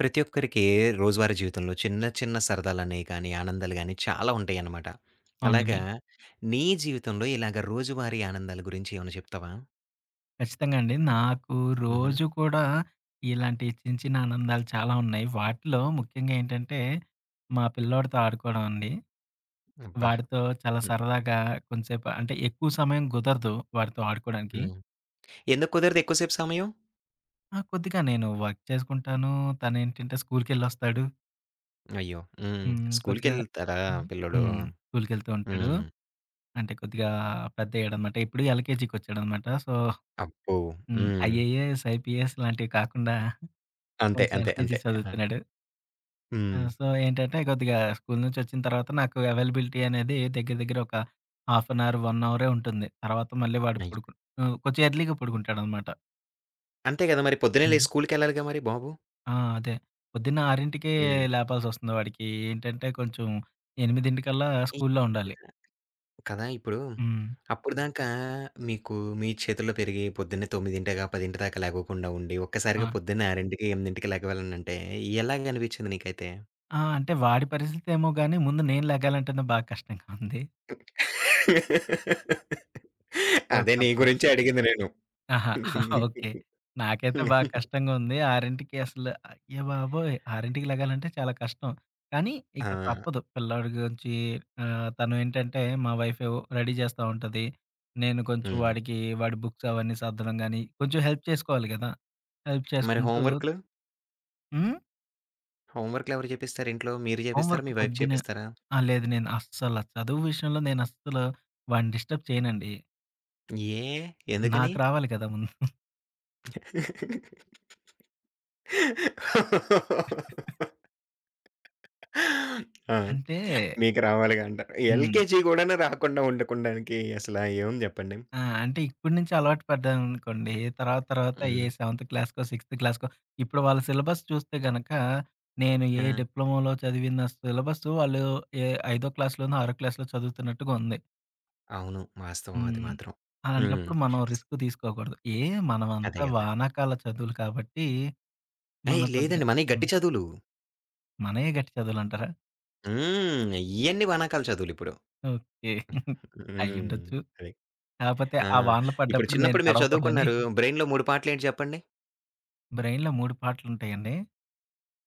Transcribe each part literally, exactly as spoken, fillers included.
ప్రతి ఒక్కరికి రోజువారీ జీవితంలో చిన్న చిన్న సరదాలనేవి కానీ, ఆనందాలు గానీ చాలా ఉంటాయనమాట. అవునండి. అలాగా, నీ జీవితంలో ఇలాగ రోజువారీ ఆనందాల గురించి ఏమైనా చెప్తావా? ఖచ్చితంగా అండి. నాకు హుహు. రోజు కూడా ఇలాంటి చిన్న, చిన్న ఆనందాలు చాలా ఉన్నాయి. వాటిలో ముఖ్యంగా ఏంటంటే, మా పిల్లోడితో ఆడుకోవడం అండి. అబ్బా! వాడితో చాలా హ్మ్. సరదాగా కొంతసేపు అంటే ఎక్కువ సమయం కుదరదు వాడితో ఆడుకోవడానికి. హ్మ్. ఎందుకు కుదరదు ఎక్కువ సేపు సమయం? ఆ! కొద్దిగా నేను వర్క్ చేసుకుంటాను. తనేంటంటే స్కూలుకెళ్ళొస్తాడు. అయ్యో! హ్మ్. హ్మ్. కొద్దిగా స్కూలుకెళ్తారా హ్మ్. పిల్లోడు? హ్మ్. స్కూలుకెళ్తూ ఉంటాడు. హ్మ్. అంటే కొద్దిగా పెద్దయ్యాడనమాట. ఇప్పుడు ఎల్‌కేజీకొచ్చాడనమాట. సో, అబ్బో! హ్మ్. హ్మ్. ఐఏఎస్, ఐపీఎస్ లాంటివి కాకుండా అంతే. కొంచెం అంతే. ఎల్‌కేజీ అంతే. ఆ! చదువుతున్నాడు. ఆ! హ్మ్. సో, ఏంటంటే కొద్దిగా స్కూలు నుంచొచ్చిన తర్వాత నాకు అవైలబిలిటీ అనేది దగ్గర దగ్గర ఒక హాఫ్ అన్ అవర్, వన్ అవరే ఉంటుంది. తర్వాత మళ్ళీ వాడు అయ్ పడుకు హ్మ్. కొంచెం ఎర్లీగా పడుకుంటాడనమాట. అంతే గదా! మరి పొద్దున్నే హ్మ్. లేసి స్కూలుకెళ్ళాలిగా మరి బాబు? ఆ! అదే. పొద్దున్న 6కే హ్మ్. లేపాల్సొస్తుంది వాడికి. ఏంటంటే కొంచెం 8కల్లా స్కూలులో ఉండాలి. కదా! ఇప్పుడు హ్మ్. అప్పటిదాకా మీకు మీ చేతుల్లో పెరిగి పొద్దున్నే 9:00గా, పది దాకా లెగవకుండా ఉండి, ఆ! ఒక్కసారిగా పొద్దున్నే ఆరుకి, ఎనిమిదికి లెగవాలనంటే ఎలాగ అనిపించింది నీకైతే? ఆ! అంటే వాడి పరిస్థితేమో గానీ ముందు నేను లెగాలంటేనే బాగా కష్టంగా ఉంది. సో, అదే నీ తప్పదు. గురించే అడిగింది నేను. ఆహా! ఓకే. నాకైతే బా కష్టంగా ఉంది. 6కి అసలు అయ్య బాబోయ్! 6కి లెగాలంటే చాలా కష్టం. కానీ ఆ! ఇక తప్పదు. పిల్లాడి గురించి ఆహ్, తను ఏంటంటే మా వైఫ్ రెడీ చేస్తా ఉంటది. నేను కొంచెం హ్మ్. వాడికి వాడి బుక్స్ అవన్నీ సర్దడం గాని కొంచెం హెల్ప్ చేసుకోవాలి గదా! హెల్ప్ మరి చేసుకుంటూ హోమ్ వర్క్‌లు? హ్మ్. హోమ్ వర్క్‌లు ఎవరు చేపిస్తారు ఇంట్లో? మీరు చేపిస్తారా? హోంవర్క్ మీ వైఫ్ పొద్దున్నే చేపిస్తారా? ఆ! లేదు నేను అస్సల చదువు విషయంలో నేను అస్సలు వాడిని డిస్టర్బ్ చేయనండి. ఏ ఎందుకని? నాకు రావాలి కదా! ముందు. ఆ! అంటే మీకు రావాలిగా అంటారు. హ్మ్. ఎల్‌కేజీ గూడాను రాకుండా ఉండకుండానికి అసల ఏముంది జెప్పండి? ఆ! అంటే ఇప్పటి నుంచి అలవాటు పడ్డామనుకోండి. తర్వాత తర్వాత ఏ హ్మ్. సెవెంత్ క్లాస్‌కో, సిక్స్త్ క్లాస్‌కో ఇప్పుడు వాళ్ళ సిలబస్ చూస్తే గనక నేను ఏ ఆ! డిప్లొమాలో చదివిన సిలబసు వాళ్ళు ఏ ఐదో క్లాస్‌లోనో, ఆరో క్లాస్‌లో చదువుతున్నట్టుగా ఉంది. అవును. వాస్తవం అది హ్మ్. మాత్రం. హ్మ్. అలాంటప్పుడు మనం రిస్క్ తీసుకోకూడదు. ఏ అదే మనమంతా గదా! వానాకాల చదువులు కాబట్టి ఏహ్! మనం కొద్దిగా లేదండి. మనయి గట్టి హ్మ్. చదువులు. మనయే గట్టి చదువులంటారా? హ్మ్. ఇయన్నీ వానాకాల చదువులిప్పుడు. ఓకే. హ్మ్. అయ్యుండొచ్చు. అది. కాపోతే ఆ! ఆ వానలు ఇప్పుడు పడ్డప్పుడు నేను చిన్నప్పుడు మీరు తడవకూడదని చదువుకున్నారు. బ్రెయిన్‌లో మూడు పాటలేంటి చెప్పండి? బ్రెయిన్‌లో మూడు పార్ట్‌లుంటాయండి.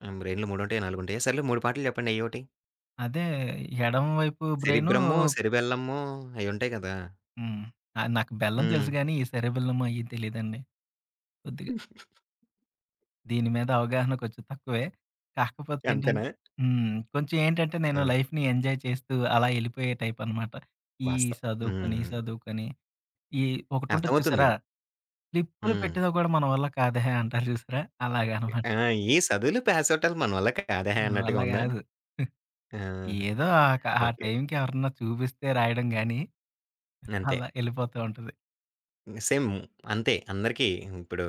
హ్మ్. బ్రెయిన్‌లో మూడు ఉంటాయా? నాలుగు ఉంటాయా? సర్లే మూడు పాటలు చెప్పండి అయ్యోటి. అదే ఎడమ వైపు బ్రెయిను సెరిబ్రము, సెరిబెల్లము అయ్యుంటాయి గదా! హ్మ్. ఆహ్, నాకు బెల్లం హ్మ్. తెలుసు గానీ, ఈ సెరెబెల్లమ్ అయ్యి తెలీదండి కొద్దిగా. దీని మీద అవగాహన కొంచెం తక్కువే. కాకపోతే అంతేనా? ఏంటంటే హ్మ్. కొంచెం ఏంటంటే నేను ఆ! లైఫ్‌ని ఎంజాయ్ చేస్తూ అలా ఎళ్ళిపోయే టైపనమాట. ఈ వాస్తవం. సదువుకొని, హ్మ్. సదువుకొని ఈ ఒకటుంటది అర్థమవుతుంది. చూసారా? క్లిప్పులు హ్మ్. పెట్టినా కూడా మన వల్ల కాదే అంటారు చూసారా? అలాగనమాట. ఆ! ఈ సదువులు, పాసవుటాలు మన వల్ల కాదే మన అన్నట్టుగా వల్ల ఉందా? కాదు. ఆ! ఏదో ఆ క ఆ ఓకే. టైంకి ఎవరన్నా చూపిస్తే రాయడం గానీ, అంతే. అలా ఎళ్ళిపోతూ ఉంటది. సేమ్ అంతే అందరికీ ఇప్పుడు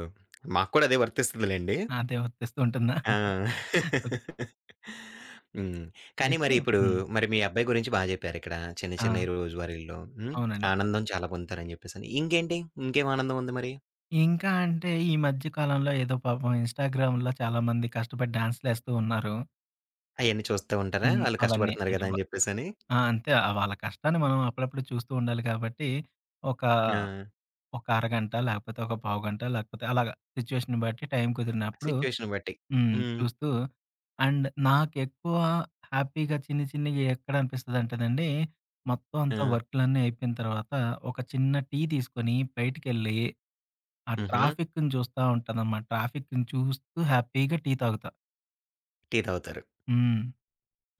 మాకు కూడా అదే వర్తిస్తదిలెండి. అదే వర్తిస్తూ ఉంటుందా? ఆ! ఓకే. హ్మ్. కానీ అయితే మరి ఇప్పుడు హ్మ్. మరి మీ అబ్బాయి గురించి బా జెప్పారిక్కడ. చిన్న ఆ! చిన్నయి రోజువారీల్లో హ్మ్. అవునండి. ఆనందం చాలా పొందుతారని జెప్పేసని. ఇంకేంటి? ఇంకేం ఆనందం ఉంది మరి? ఇంకా అంటే ఈ మధ్య కాలంలో ఏదో పాపం ఇన్‌స్టాగ్రామ్‌లో చాలామంది కష్టపడి డాన్స్‌లేస్తూ ఉన్నారు. అయన్నీ చూస్తా ఉంటారా? హ్మ్. వాళ్ళు అవన్నీ కష్టపడుతున్నారు అంటే గదా! వ అని జెప్పేసని. ఆ! అంతే వాళ్ళ కష్టాన్ని మనం అప్పుడప్పుడు చూస్తూ ఉండాలి కాబట్టి, ఒక ఆ! ఒక అరగంట లేకపోతే ఒక పావుగంట లేకపోతే అలాగా సిట్యుయేషన్‌ని బట్టి టైం కుదిరినప్పుడు సిట్యుయేషన్ బట్టి. హ్మ్. హ్మ్. చూస్తూ అండ్ నాకెక్కువ హ్యాపీగా చిన్ని చిన్నియి ఎక్కడ అనిపిస్తదంటేనండి, మొత్తం అంతా ఆ! వర్కులన్నీ అయిపోయిన తర్వాత ఒక చిన్న టీ తీసుకొని బయటికెళ్ళి, ఆ హుహు. ట్రాఫిక్‌ని చూస్తా ఉంటానన్నమాట. ట్రాఫిక్‌ని చూస్తూ హ్యాపీగా టీ తాగుతా. టీ తాగుతారు. హ్మ్.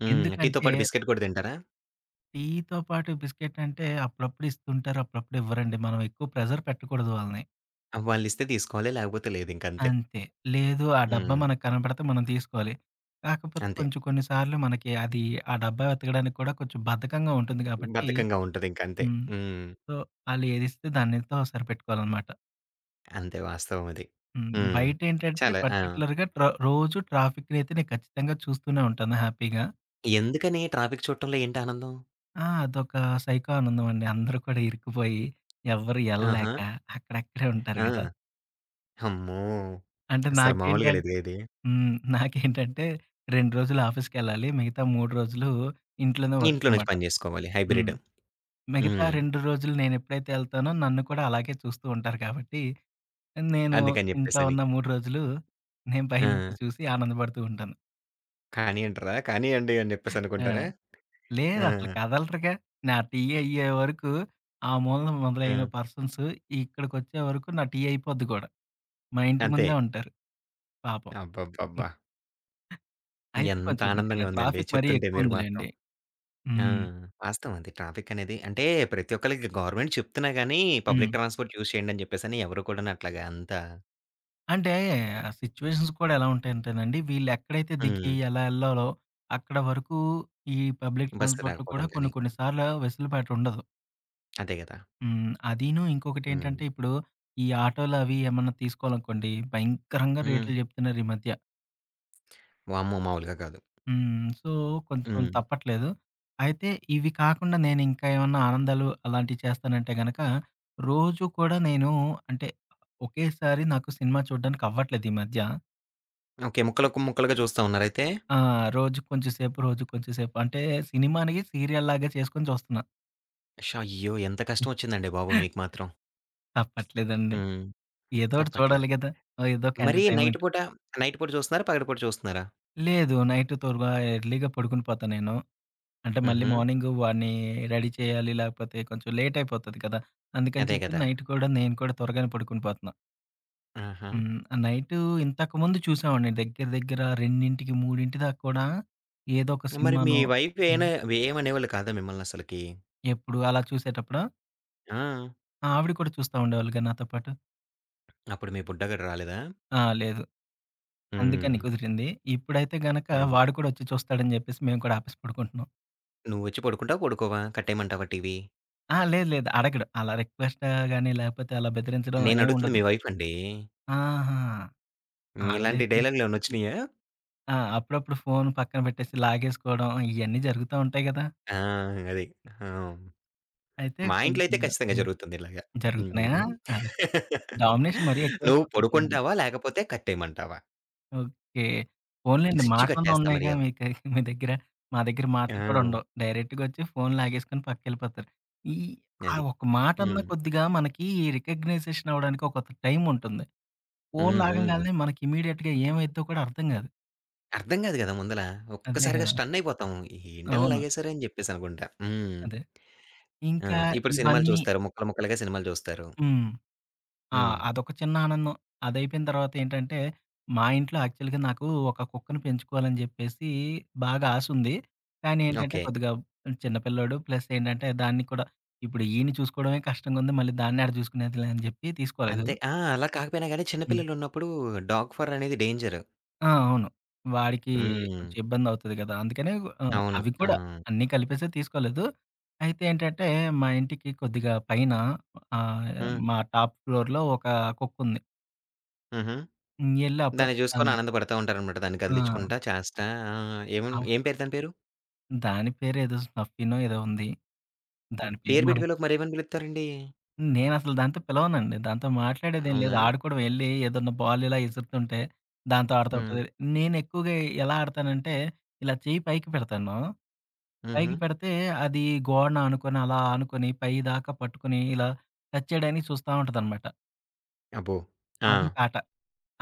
హ్మ్. టీతో ఎందుకంటే పాటు బిస్కిట్ కూడా తింటారా? టీతో పాటు బిస్కెట్ అంటే అప్పుడప్పుడు ఇస్తుంటారు. అప్పుడప్పుడు ఇవ్వరండి. మనం ఎక్కువ ప్రెషర్ పెట్టకూడదు వాళ్ళని. ఆ! వాళ్ళిస్తే తీసుకోవాలి. లేకపోతే లేదు ఇంకంతే. అంతే. లేదు ఆ డబ్బా హ్మ్. మనకు కనపడితే మనం తీసుకోవాలి. కాకపోతే అంతే. కొంచెం కొన్ని సార్లు మనకి అది ఆ డబ్బా వెతకడానికి కూడా కొంచెం బద్ధకంగా ఉంటుంది కాబట్టి బద్ధకంగా ఉంటదింక అంతే. హ్మ్. హ్మ్. సో, ఆళ్ళేదిస్తే దానితో సరిపెట్టుకోవాలనమాట. అంతే వాస్తవం అది. హ్మ్. హ్మ్. బయటేంటంటే చాలా ఆ! పర్టిక్యులర్‌గా ట్ర రోజు ట్రాఫిక్‌నయితే నేను ఖచ్చితంగా చూస్తూనే ఉంటాను హ్యాపీగా. ఎందుకని ట్రాఫిక్ చూడటంలో ఏంటి ఆనందం? ఆ! అదొక సైకో ఆనందం అండి. అందరూ కూడా ఇరుక్కుపోయి ఎవ్వరు ఆహా! ఎళ్ళలేక అక్కడక్కడే ఉంటారు గదా! ఆ! అమ్మో! అంటే అసలు మామూలుగా నాకేంటంటే లేదుగా ఇది. హ్మ్. నాకేంటంటే రెండు రోజులు ఆఫీస్‌కెళ్ళాలి. మిగతా మూడు రోజులు ఇంట్లోనే వర్క్ ఇంట్లో నుంచి అనమాట. పని జేసుకోవాలి హ్మ్. హైబ్రిడ్. మిగతా హ్మ్. రెండు రోజులు నేనెప్పుడైతే ఎళ్తానో నన్ను కూడా అలాగే చూస్తూ ఉంటారు కాబట్టి, నేను అందుకని ఇంట్లో జెప్పేసని. ఉన్న మూడు రోజులు నేను పైనుంచి ఆ! చూసి ఆనందపడుతూ ఉంటాను. కానీ అంటారా? కానీయండి అని జెప్పేసి ఆ! అనుకుంటారా? ఆ! లేదసలు కదలరుగా. నా టీ అయ్యే వరకు ఆ మూలన ఆ! మొదలైన పర్సన్స్ ఇక్కడికొచ్చే వరకు నా టీ అయిపోద్ది కూడా. మా ఇంటి అంతే. ముందే ఉంటారు పాపం. అబ్బబ్బబ్బా! అయితే ఎంత కొంచెం ఇక్కడ ఆనందంగా ఉందండి ట్రాఫిక్ మరీ చెప్తుంటే మీరు మాత్రం. ఎక్కువుందిలెండి. ఆ! హ్మ్. వాస్తవం అది. ట్రాఫిక్ అనేది అంటే ప్రతి ఒక్కళ్ళకి గవర్నమెంట్ చెప్తున్నా గాని, హ్మ్. పబ్లిక్ ట్రాన్స్‌పోర్ట్ యూజ్ చేయండి అని చెప్పేసని ఎవరు కూడాను అట్లాగా అంతా. అంటే ఆ సిట్యుయేషన్స్ కూడా ఎలా ఉంటాయంటేనండి, వీళ్ళెక్కడైతే దిగి హ్మ్. ఎలా ఎళ్ళాలో అక్కడ వరకు ఈ పబ్లిక్ బస్సు ట్రాన్స్‌పోర్ట్‌లో కూడా రాకపోవటం కొన్ని కానీ, కొన్ని సార్లు వెసులుబాటు ఉండదు. అదే కదా! హ్మ్. అదీను హ్మ్. ఇంకొకటేంటంటే ఇప్పుడు ఈ ఆటోలు అవి ఏమన్నా తీసుకోవాలనుకోండి, భయంకరంగా హ్మ్. రేట్లు జెప్తున్నారు ఈ మధ్య. వామ్మో! మామూలుగా కాదు. హ్మ్. సో, కొంచెం హ్మ్. తప్పట్లేదు. అయితే ఇవి కాకుండా నేనింకా ఏమన్నా ఆనందాలు అలాంటివి చేస్తానంటే గనక, రోజు కూడా నేను అంటే ఒకేసారి నాకు సినిమా చూడ్డానికి అవ్వట్లేదు ఈ మధ్య. ఓకే. ముక్కలు ముక్కలుగా చూస్తా ఉన్నారైతే? ఆ! రోజుకి కొంచెం సేపు, రోజుకి కొంచెం సేపు. అంటే సినిమాని సీరియల్‌లాగా చేసుకొని చూస్తున్నా. ష్ అయ్యో! ఎంత కష్టం వచ్చిందండి బాబు మీకు మాత్రం. తప్పట్లేదండి. హ్మ్. ఏదోకటి తప్పట్లా. చూడాలి గదా! ఆహ్, ఏదోక మరి నైట్ ఎంటర్‌టైన్‌మెంట్. పూట, నైట్ పూట చూస్తున్నారా? పగటిపూట చూస్తున్నారా? లేదు నైట్ త్వరగా ఎర్లీ‌గా పడుకుని పోతా నేను. అంటే మళ్ళీ హుహు. మార్నింగ్ వాడిని రెడీ చేయాలి లేకపోతే కొంచెం లేట్ అయిపోతది కదా! అందుకని అదే చెప్పి కదా! నైట్ కూడా నేను కూడా త్వరగానే పడుకుని పోతున్నా. ఆహా! హ్మ్. నైటు ఇంతకుముందు చూసామండి దగ్గర దగ్గర రెండు, మూడు దాకా కూడా ఏదో ఒక మరి మీ సినిమానో వైఫ్ ఏన హ్మ్. ఏమనేవాళ్ళు కాదా మిమ్మల్ని అసలకి? ఎప్పుడు అలా చూసేటప్పుడా ఆ! ఆవిడ కూడా చూస్తా ఉండేవాళ్ళుగా నాతో పాటు. అప్పుడు మీ బుడ్డగాడు రాలేదా? ఆ! లేదు. అందుకని హ్మ్. కుదిరింది. ఇప్పుడైతే గనక అది. వాడు కూడా వచ్చి చూస్తాడని చెప్పేసి మేము కూడా ఆపేసి పడుకుంటున్నాం. నువ్వొచ్చి పడుకుంటావా? పడుకోవా? కట్టేయమంటావా టీవీ? ఆ! లేదు లేదు అడగడు. అలా రిక్వెస్ట్ గాని లేకపోతే అలా బెదిరించడం ఏమి నేనడుగుతుంది ఉండదు. మీ వైఫ్ అండి. ఆహా! హ్మ్. ఇలాంటి ఆవిడైతే డైలాగ్‌లేమన్నా వచ్చినాయా? ఆ! అప్పుడప్పుడు ఫోను పక్కన పెట్టేసి లాగేసుకోవడం ఇయన్నీ జరుగుతా ఉంటాయి గదా! ఆ! అది. ఆ! అయితే మా కొన్ని ఇంట్లో అయితే కొన్ని ఖచ్చితంగా సార్లు హ్మ్. జరుగుతుంది ఇలాగ. జరుగుతున్నాయా? హ్మ్. అదే. డామినేషన్ మరీ నువ్వు ఎక్కువైపోతుందండి. పడుకుంటావా? లేకపోతే కట్టేయమంటావా? ఓకే. పోనీలెండి. హ్మ్. స్విచ్ మాటలన్నా కట్టేస్తా ఉన్నాయిగా మర్యాద. మీకు మీ దగ్గర. మా దగ్గర ఆ! మాటలు కూడా ఉండవు. డైరెక్ట్‌గొచ్చి ఫోన్ లాగేసుకొని పక్కకెళ్ళిపోతారు. ఈ ఆ అది. ఒక్క మాటన్నా హ్మ్. కొద్దిగా మనకి రికగ్నైజేషన్ అవ్వడానికి ఒక టైమ్ ఉంటుంది. ఫోన్ హ్మ్. హ్మ్. లాగంగాల్నే మనకి ఇమ్మీడియేట్‌గా ఏమైద్దో కూడా అర్థం కాదు. అర్థం కాదు కదా! ముందల. అదే ఒక్కసారిగా కదా! స్టన్నయిపోతాం. ఏంటిలా అవును. లాగేశారు అని చెప్పేసనుకుంటా. హ్మ్. అదే. ఆ! ఇంకా ఇప్పుడు సినిమాలు ఇవన్నీ చూస్తారు. ముక్కలు ముక్కలుగా సినిమాలు చూస్తారు. హ్మ్. ఆ! హ్మ్. అదొక చిన్న ఆనందం. అదయిపోయిన తర్వాతేంటంటే, మా ఇంట్లో యాక్చువల్‌గా నాకు ఒక కుక్కని పెంచుకోవాలని జెప్పేసి బాగా ఆసుంది. కానీ ఏంటంటే, ఓకే. కొద్దిగా చిన్న పిల్లోడు ప్లస్ ఏంటంటే, దాన్ని కూడా ఇప్పుడు ఈయన్ని చూసుకోవడమే కష్టంగుంది. మళ్ళీ దాన్ని ఏడ చూసుకునేదిలే అని జెప్పి తీసుకోలేదు. అంతే. ఆ! అలా కాకపోయినా గాని చిన్న హ్మ్. పిల్లలున్నప్పుడు డాగ్ ఫర్ అనేది డేంజరు. ఆ! అవును. వాడికి హ్మ్. కొంచెం ఇబ్బందవుతది గదా! అందుకనే ఆ! అవును. అవి ఆ! కూడా అన్నీ కలిపేసే తీసుకోలేదు. అయితే ఏంటంటే, మా ఇంటికి కొద్దిగా పైన ఆహ్, హ్మ్. మా టాప్ ఫ్లోర్‌లో ఒక కుక్కుంది. హుహు. హ్మ్. ఎళ్లి దాన్ని అప్పుడప్పుడు జూసుకొని దాన్ని ఆనందపడతా ఉంటారనమాట. దాన్ని ఆ! కదిలించుకుంటా చేస్తా ఆ! ఏం అవ్ ఏం పేరు దాని పేరు? దాని పేరేదో స్నఫీనో ఏదో ఉంది. దాని పేరు పేరు పెట్టి మనకి పిలవక మరేమని పిలుస్తారండి? నేనసలు దాంతో పిలవనండి. దాంతో మాట్లాడేదేం లేదు. అవునా? ఆడుకోవడం ఎళ్లి ఏదన్నా బాల్ ఇలా ఇసురుతుంటే దాంతో ఆడుతూ హ్మ్. ఉంటది. నేనెక్కువగా ఎలా ఆడతానంటే ఇలా చెయ్యి పైకి పెడతాను. హుహు. పైకి పెడితే అది గోడన ఆనుకొని, అలా ఆనుకొని పైదాకా పట్టుకొని ఇలా టచ్ చేయడానికి చూస్తా ఉంటదనమాట. అబ్బో! ఆ! అదొక ఆట.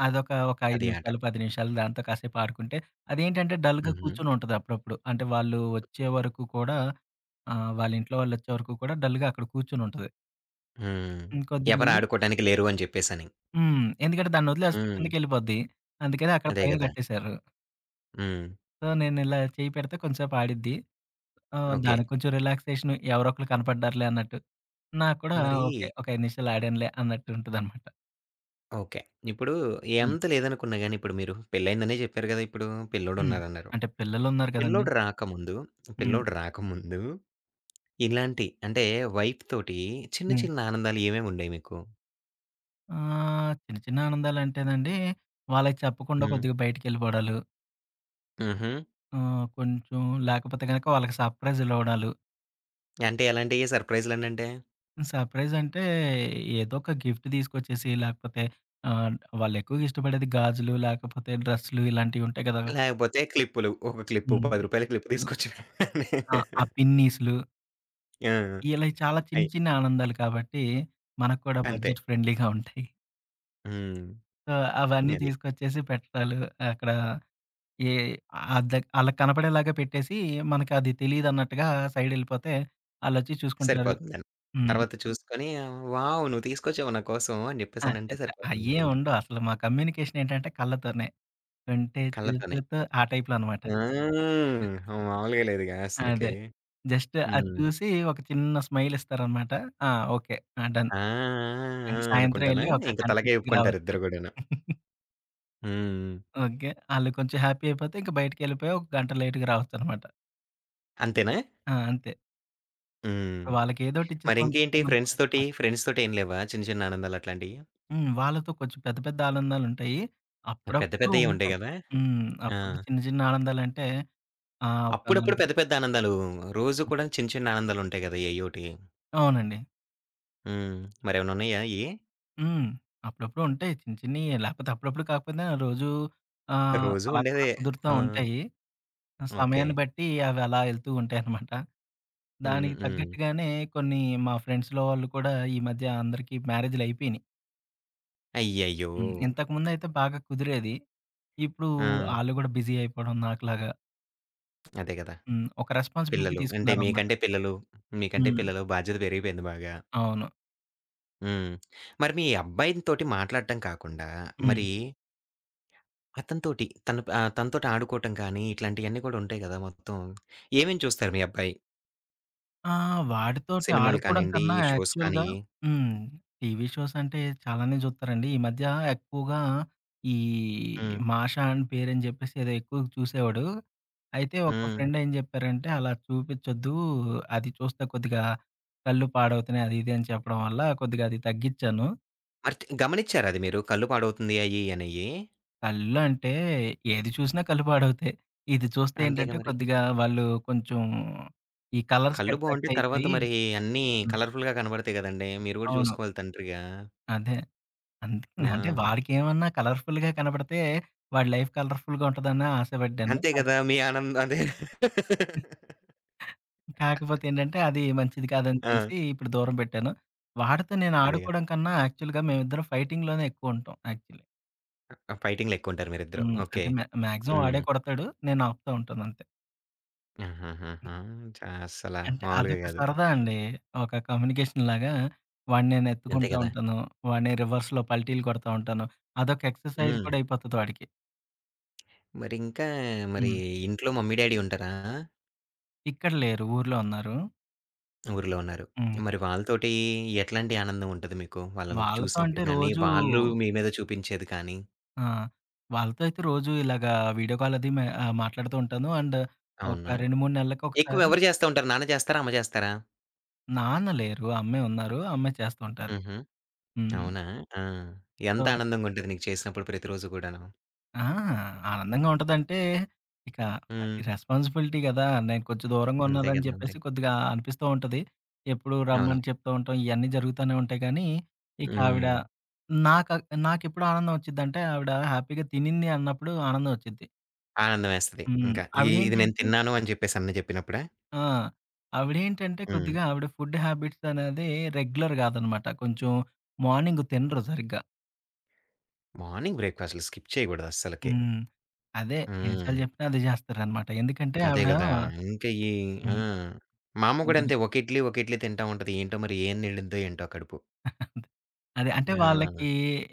అదొక ఒక ఐదు అది ఆట. నిమిషాలు, పది నిమిషాలు దాంతో కాసేపు ఆడుకుంటే, అదేంటంటే డల్‌గా హుహు. కూర్చొని ఉంటది అప్పుడప్పుడు. అంటే వాళ్ళు వచ్చే వరకు కూడా ఆహ్, వాళ్ళ ఇంట్లో వాళ్ళొచ్చే వరకు కూడా డల్‌గా అక్కడ కూర్చొని ఉంటది. హ్మ్. హ్మ్. ఎవరు కొద్దిగెళ్లి ఆడుకోటానికి లేరు అని జెప్పేసని. హ్మ్. ఎందుకంటే దాన్నొదిలేస్తే హ్మ్. కిందకెళ్ళిపోద్ది. అందుకని అక్కడ అదే పైన గదా! కట్టేశారు. హ్మ్. సో, నేనిలా చెయ్యి పెడితే కొంచెంసేపు ఆడిద్ది. ఆహ్, ఓకే. దానికి కొంచెం రిలాక్సేషన్ ఎవరో ఒకళ్ళు కనపడ్డారులే అన్నట్టు. నాకు కూడా ఆ! మరి ఓకే. ఒక ఐదు నిమిషాలు ఆడానులే అన్నట్టు ఉంటదనమాట. ఓకే. ఇప్పుడు హ్మ్. ఎంత లేదనుకున్నా గాని ఇప్పుడు మీరు పెళ్లయిందనే జెప్పారు గదా! ఇప్పుడు హ్మ్. పిల్లోడున్నారన్నారు. అంటే పిల్లలున్నారు కదండీ! పిల్లోడు రాకముందు, హ్మ్. పిల్లోడు రాకముందు ఇలాంటి అంటే వైఫ్ తోటి చిన్న హ్మ్. చిన్న ఆనందాలు ఏమేముండేయి మీకు? ఆహ్, చిన్న చిన్న ఆనందాలంటేనండి, వాళ్ళకి చెప్పకుండా హ్మ్. కొద్దిగా బయటికెళ్ళిపోవడాలు. హుహు. ఆహ్, కొంచెం లేకపోతే గనక వాళ్ళకి సర్ప్రైజ్‌లు ఇవ్వడాలు. అంటే ఎలాంటియి సర్‌ప్రైజులనంటే? సర్ప్రైజ్ అంటే ఏదో ఒక గిఫ్ట్ తీసుకొచ్చేసి లేకపోతే ఆహ్, వాళ్ళు ఎక్కువగా ఇష్టపడేది గాజులు లేకపోతే డ్రెస్సులు ఇలాంటివి ఉంటాయి కదా! లేకపోతే క్లిప్పులు. ఒక క్లిప్పు హ్మ్. రూ. పది క్లిప్ క్లిప్‌లు తీసుకొచ్చి. ఆ! ఆ పిన్నీస్‌లు ఆ! ఇలా చాలా చిన్న అయి. చిన్న ఆనందాలు కాబట్టి మనకు కూడా అంతే. బడ్జెట్ ఫ్రెండ్లీగా ఉంటాయి. హ్మ్. సో, అవన్నీ అది. తీసుకొచ్చేసి పెట్టడాలు అక్కడ ఏ అద్దె ఆళ్ళకి కనపడేలాగా పెట్టేసి, మనకది తెలీదన్నట్టుగా సైడెళ్ళిపోతే, ఆళ్ళొచ్చి చూసుకుంటారు. సరిపోతుందని. హ్మ్. తర్వాత చూసుకొని వావ్! నువ్వు తీసుకొచ్చావు నా కోసం అని జెప్పేసనంటే అచ్చచ్చ! సరిపోద్దనమాట అయ్యేం ఇంక. ఉండవు. అసలు మా కమ్యూనికేషన్ ఏంటంటే కళ్ళతోనే. కంటే కళ్ళతోనే. చూపుతో ఆ టైప్‌లో అనమాట. ఆ! మామూలుగా లేదుగా అదే. అసలకి. జస్ట్ అది హ్మ్. చూసి ఒక చిన్న స్మైల్ ఇస్తారనమాట. ఆ! ఓకే. ఆ! డన్. ఆ! ఆ! ఆ! ఇంక సాయంత్రం అనుకుంటానా? ఎళ్లి ఒక ఇంక గంట తలకాయ లేట్‌గా ఊపుకుంటారు రావచ్చు. ఇద్దరు గూడాను. హ్మ్. ఓకే. ఆళ్ళు కొంచెం హ్యాపీ అయిపోతే ఇంక బయటికెళ్ళిపోయి ఒక గంట లేట్‌గా రావచ్చనమాట. అంతేనా? అది. ఆ! అంతే. హ్మ్. ఇప్పుడు వాళ్ళకేదోకటి మరింకేంటి ఇచ్చేసామనుకోండి ఫ్రెండ్స్ మనకు తోటి? ఫ్రెండ్స్ తోటేం లేవా చిన్న చిన్న ఆనందాలు అట్లాంటియి? హ్మ్. వాళ్ళతో కొంచెం పెద్ద పెద్ద ఆనందాలుంటాయి. పెద్ద అప్పుడప్పుడు పెద్దయే ఉంటాయి ఉంటాయి. గదా! హ్మ్. ఆ! అప్పుడప్పుడు చిన్న చిన్న ఆనందాలంటే ఆహ్, ఒక అప్పుడప్పుడు నలుగురు పెద్ద పెద్ద ఆనందాలు, రోజు కూడా చిన్న చిన్న ఆనందాలుంటాయి గదా! ఏయోటి. అవునండి. హ్మ్. మరేమైనా ఉన్నాయా అయ్యి? హ్మ్. అప్పుడప్పుడు ఉంటాయి చిన్న చిన్నయి. లేకపోతే అప్పుడప్పుడు కాకపోయినా రోజు ఆహ్, రోజు అలా కూడా ఉండేదే. కుదురుతా ఆ! ఉంటాయి. ఓకే. సమయాన్ని బట్టి అవి అలా ఎళ్తూ ఉంటాయనమాట. హ్మ్. దానికి హ్మ్. తగ్గట్టుగానే కొన్ని మా ఫ్రెండ్స్‌లో వాళ్ళు కూడా ఈ మధ్య అందరికీ మ్యారేజ్‌లయిపోయినియి. అయ్యయ్యో! హ్మ్. ఇంతకుముందయితే బాగా కుదిరేది. ఇప్పుడు ఆ! ఆళ్ళు గూడా బిజీ అయిపోవడం నాకులాగా. అదే గదా! హ్మ్. ఒక రెస్పాన్సిబిలిటీ పిల్లలు. అంటే తీసుకున్నారనమాట. మీకంటే పిల్లలు, మీకంటే హ్మ్. పిల్లలు బాధ్యత పెరిగిపోయింది బాగా. అవును. హ్మ్. మరి మీ అబ్బాయినితోటి మాట్లాడటం కాకుండా, హ్మ్. మరి అతనితోటి తను ఆహ్, తనతోటి ఆడుకోవటం కానీ, ఇట్లాంటియన్నీ కూడా ఉంటాయి గదా! మొత్తం. ఏమేమి చూస్తారు మీ అబ్బాయి? ఆ! వాడితోటి సినిమాలు ఆడుకోవడం కానియండి, కన్నా షోస్ యాక్చువల్‌గా కానీ. హ్మ్. టీవీ షోస్ అంటే చాలానే చూస్తారండి. ఈ మధ్య ఎక్కువగా ఈ హ్మ్. 'మాషా అండ్ పేర్' అని చెప్పేసి ఏదో ఎక్కువ చూసేవాడు. అయితే ఒక హ్మ్. ఫ్రెండ్ ఏం చెప్పారంటే, "అలా చూపించొద్దు. అది చూస్తే కొద్దిగా కళ్ళు పాడవుతున్నాయి." అది ఇది అని చెప్పడం వల్ల కొద్దిగా అది తగ్గించాను. మరి తి గమనిచ్చారా అది మీరు? కళ్ళు పాడవుతుంది అయ్యి ఇయ్యనియ్యి? కళ్ళు అంటే, ఏది చూసినా కళ్ళు పాడవుతాయి. ఇది చూస్తే హ్మ్. అంతేగా ఏంటంటే, మరి. కొద్దిగా వాళ్ళు కొంచెం ఈ కలర్స్‌కి కళ్ళు బావుంటే అట్రాక్ట్ తర్వాత అయిపోయి మరి అన్నీ హ్మ్. కలర్‌ఫుల్‌గా కనబడతాయి గదండీ! మీరు గూడా అవును. చూసుకోవాలి తండ్రిగా. అదే. ఆ! అందుకనే అంటే వాడికేమన్నా కలర్‌ఫుల్‌గా కనపడితే, వాడి లైఫ్ కలర్‌ఫుల్‌గా ఉంటదని ఆశపడ్డాను. అంతే గదా! కాకపోతే మీ ఆనంద్ అదే. కాకపోతే ఏంటంటే, అది మంచిది కాదని ఆ! తెలిసి ఇప్పుడు దూరం పెట్టాను. వాడితో నేను అదే గదా! ఆడుకోవడం కన్నా యాక్చువల్‌గా మేమిద్దరం ఫైటింగ్‌లోనే ఎక్కువ ఉంటాం యాక్చువల్లీ. ఫైటింగ్‌లో ఎక్కువుంటారు మీరిద్దరు. హ్మ్. ఓకే. అంటే మ్యా మాక్సిమం వాడే హ్మ్. కొడతాడు. నేను ఆపుతా ఉంటాను అంతే. ఆహాహాహా! చా అస్సల అంటే మామూలుగా అదొక గాదు. సరదా అండి. ఒక కమ్యూనికేషన్‌లాగా వాడిని నేను అంతే ఎత్తుకుంటా గదా! ఉంటాను. వాడిని రివర్స్‌లో పల్టీలు కొడతా ఉంటాను. అదొక ఎక్సర్‌సైజ్ హ్మ్. కూడా అయిపోతది వాడికి. మరింకా మరి హ్మ్. ఇంట్లో మమ్మీ, డ్యాడీ ఉంటారా? ఇక్కడ లేరు. ఊర్లో ఉన్నారు. ఊర్లో ఉన్నారు. హ్మ్. మరి వాళ్ళతోటి ఎట్లాంటి ఆనందం ఉంటది మీకు? వాళ్ళని వాళ్ళతో అంటే చూసినప్పుడు గానీ, రోజూ వాళ్ళు మీ మీద చూపించేది కానీ? ఆ! వాళ్ళతో అయితే రోజూ ఇలాగా వీడియో కాల్ అది మే ఆహ్, మాట్లాడుతూ ఉంటాను. అండ్ ఒక అవునా? రెండు, మూడు ఎక్కువ నెలలకొకసారి ఎవరు చేస్తా ఉంటారు? నాన్న చేస్తారా? అమ్మ చేస్తారా? నాన్న లేరు. అమ్మే ఉన్నారు. అమ్మే చేస్తూ ఉంటారు. హుహు. హ్మ్. అవునా? ఆ! ఎంత సో ఆనందంగుంటది నీకు చేసినప్పుడు ప్రతిరోజు గూడాను. ఆ! ఆనందంగా ఉంటదంటే, ఇక అది హ్మ్. రెస్పాన్సిబిలిటీ గదా! నేను కొంచెం దూరంగా అంతే ఉన్నానని గదా! మరి. చెప్పేసి కొద్దిగా అనిపిస్తూ ఉంటది. ఎప్పుడు అవును. రమ్మని చెప్తూ ఉంటాం. ఇయన్నీ జరుగుతానే ఉంటాయి కానీ, ఇక ఆవిడ హ్మ్. నాక నాకెప్పుడు ఆనందం వచ్చిద్దంటే, ఆవిడ హ్యాపీగా తినింది అన్నప్పుడు ఆనందం వచ్చిద్ది. ఆనందమేస్తది. హ్మ్. ఇంకా. ఇ ఇది నేను ఆవిడేంటంటే తిన్నాను అని చెప్పేసని చెప్పినప్పుడా? ఆ! ఆవిడేంటంటే హ్మ్. కొద్దిగా ఆవిడ ఫుడ్ హ్యాబిట్స్ అనేది రెగ్యులర్ గాదనమాట. కొంచెం మార్నింగ్ తినరు సరిగ్గా. మార్నింగ్ బ్రేక్‌ఫాస్ట్‌లు స్కిప్ చేయగూడదు అస్సలకి. హ్మ్. అదే ఎన్ని సార్లు హ్మ్. చెప్పినా అదే జేస్తారనమాట. ఎందుకంటే అదే ఆవిడ గదా! ఇంకా ఈ ఆ! హ్మ్. మా అమ్మ గూడా కొద్ది అంతే. ఒక ఇడ్లీ, ఒక ఇడ్లీ తింటా ఉంటది. ఏంటో మరి ఏం నిండిద్దో ఏంటో కడుపు. అంతే. అదే. అంటే ఆ! వాళ్ళకి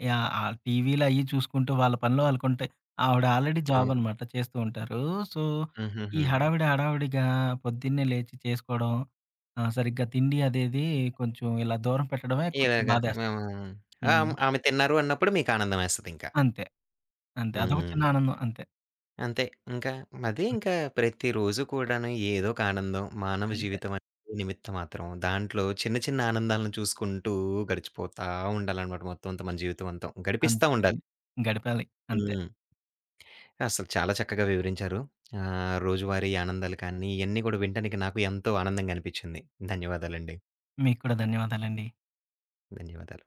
యాహ్! ఆ టీవీలు అయ్యి చూసుకుంటూ వాళ్ళ పనిలో వాళ్ళకుంటాయి. ఆవిడ ఆల్రెడీ జాబ్ అవును. అనమాట చేస్తూ ఉంటారు. సో, ఈ హుహుహు. హడావిడి హడావిడిగా పొద్దున్నే లేచి చేసుకోవడం, ఆహ్, సరిగ్గా తిండి అదేది కొంచెం ఇలా దూరం పెట్టడమే కొంచెం ఇలాగ బాధేస్తుంది. మేము ఆ! హ్మ్. ఆమె తిన్నారు అన్నప్పుడు మీకు ఆనందమేస్తదింక. అంతే. అంతే. అదొక హ్మ్. చిన్న ఆనందం. అంతే. అంతే. ఇంకా అదే ఇంకా ప్రతిరోజు కూడాను ఏదో ఒక ఆనందం. మానవ అంతే. జీవితం అనేది నిమిత్త మాత్రం. దాంట్లో చిన్న చిన్న ఆనందాలను చూసుకుంటూ గడిచిపోతా ఉండాలనమాట మొత్తం అంతా మన జీవితం అంతా. గడిపిస్తా అంతే అండి. ఉండాలి. గడిపాలి. అంతే. హ్మ్. అసలు చాలా చక్కగా వివరించారు. ఆహ్, రోజువారీ ఆనందాలు కానీ, ఇయన్నీ కూడా వినటానికి నాకు ఎంతో ఆనందంగా అనిపించింది. ధన్యవాదాలండి. మీకు కూడా ధన్యవాదాలండి. ధన్యవాదాలు.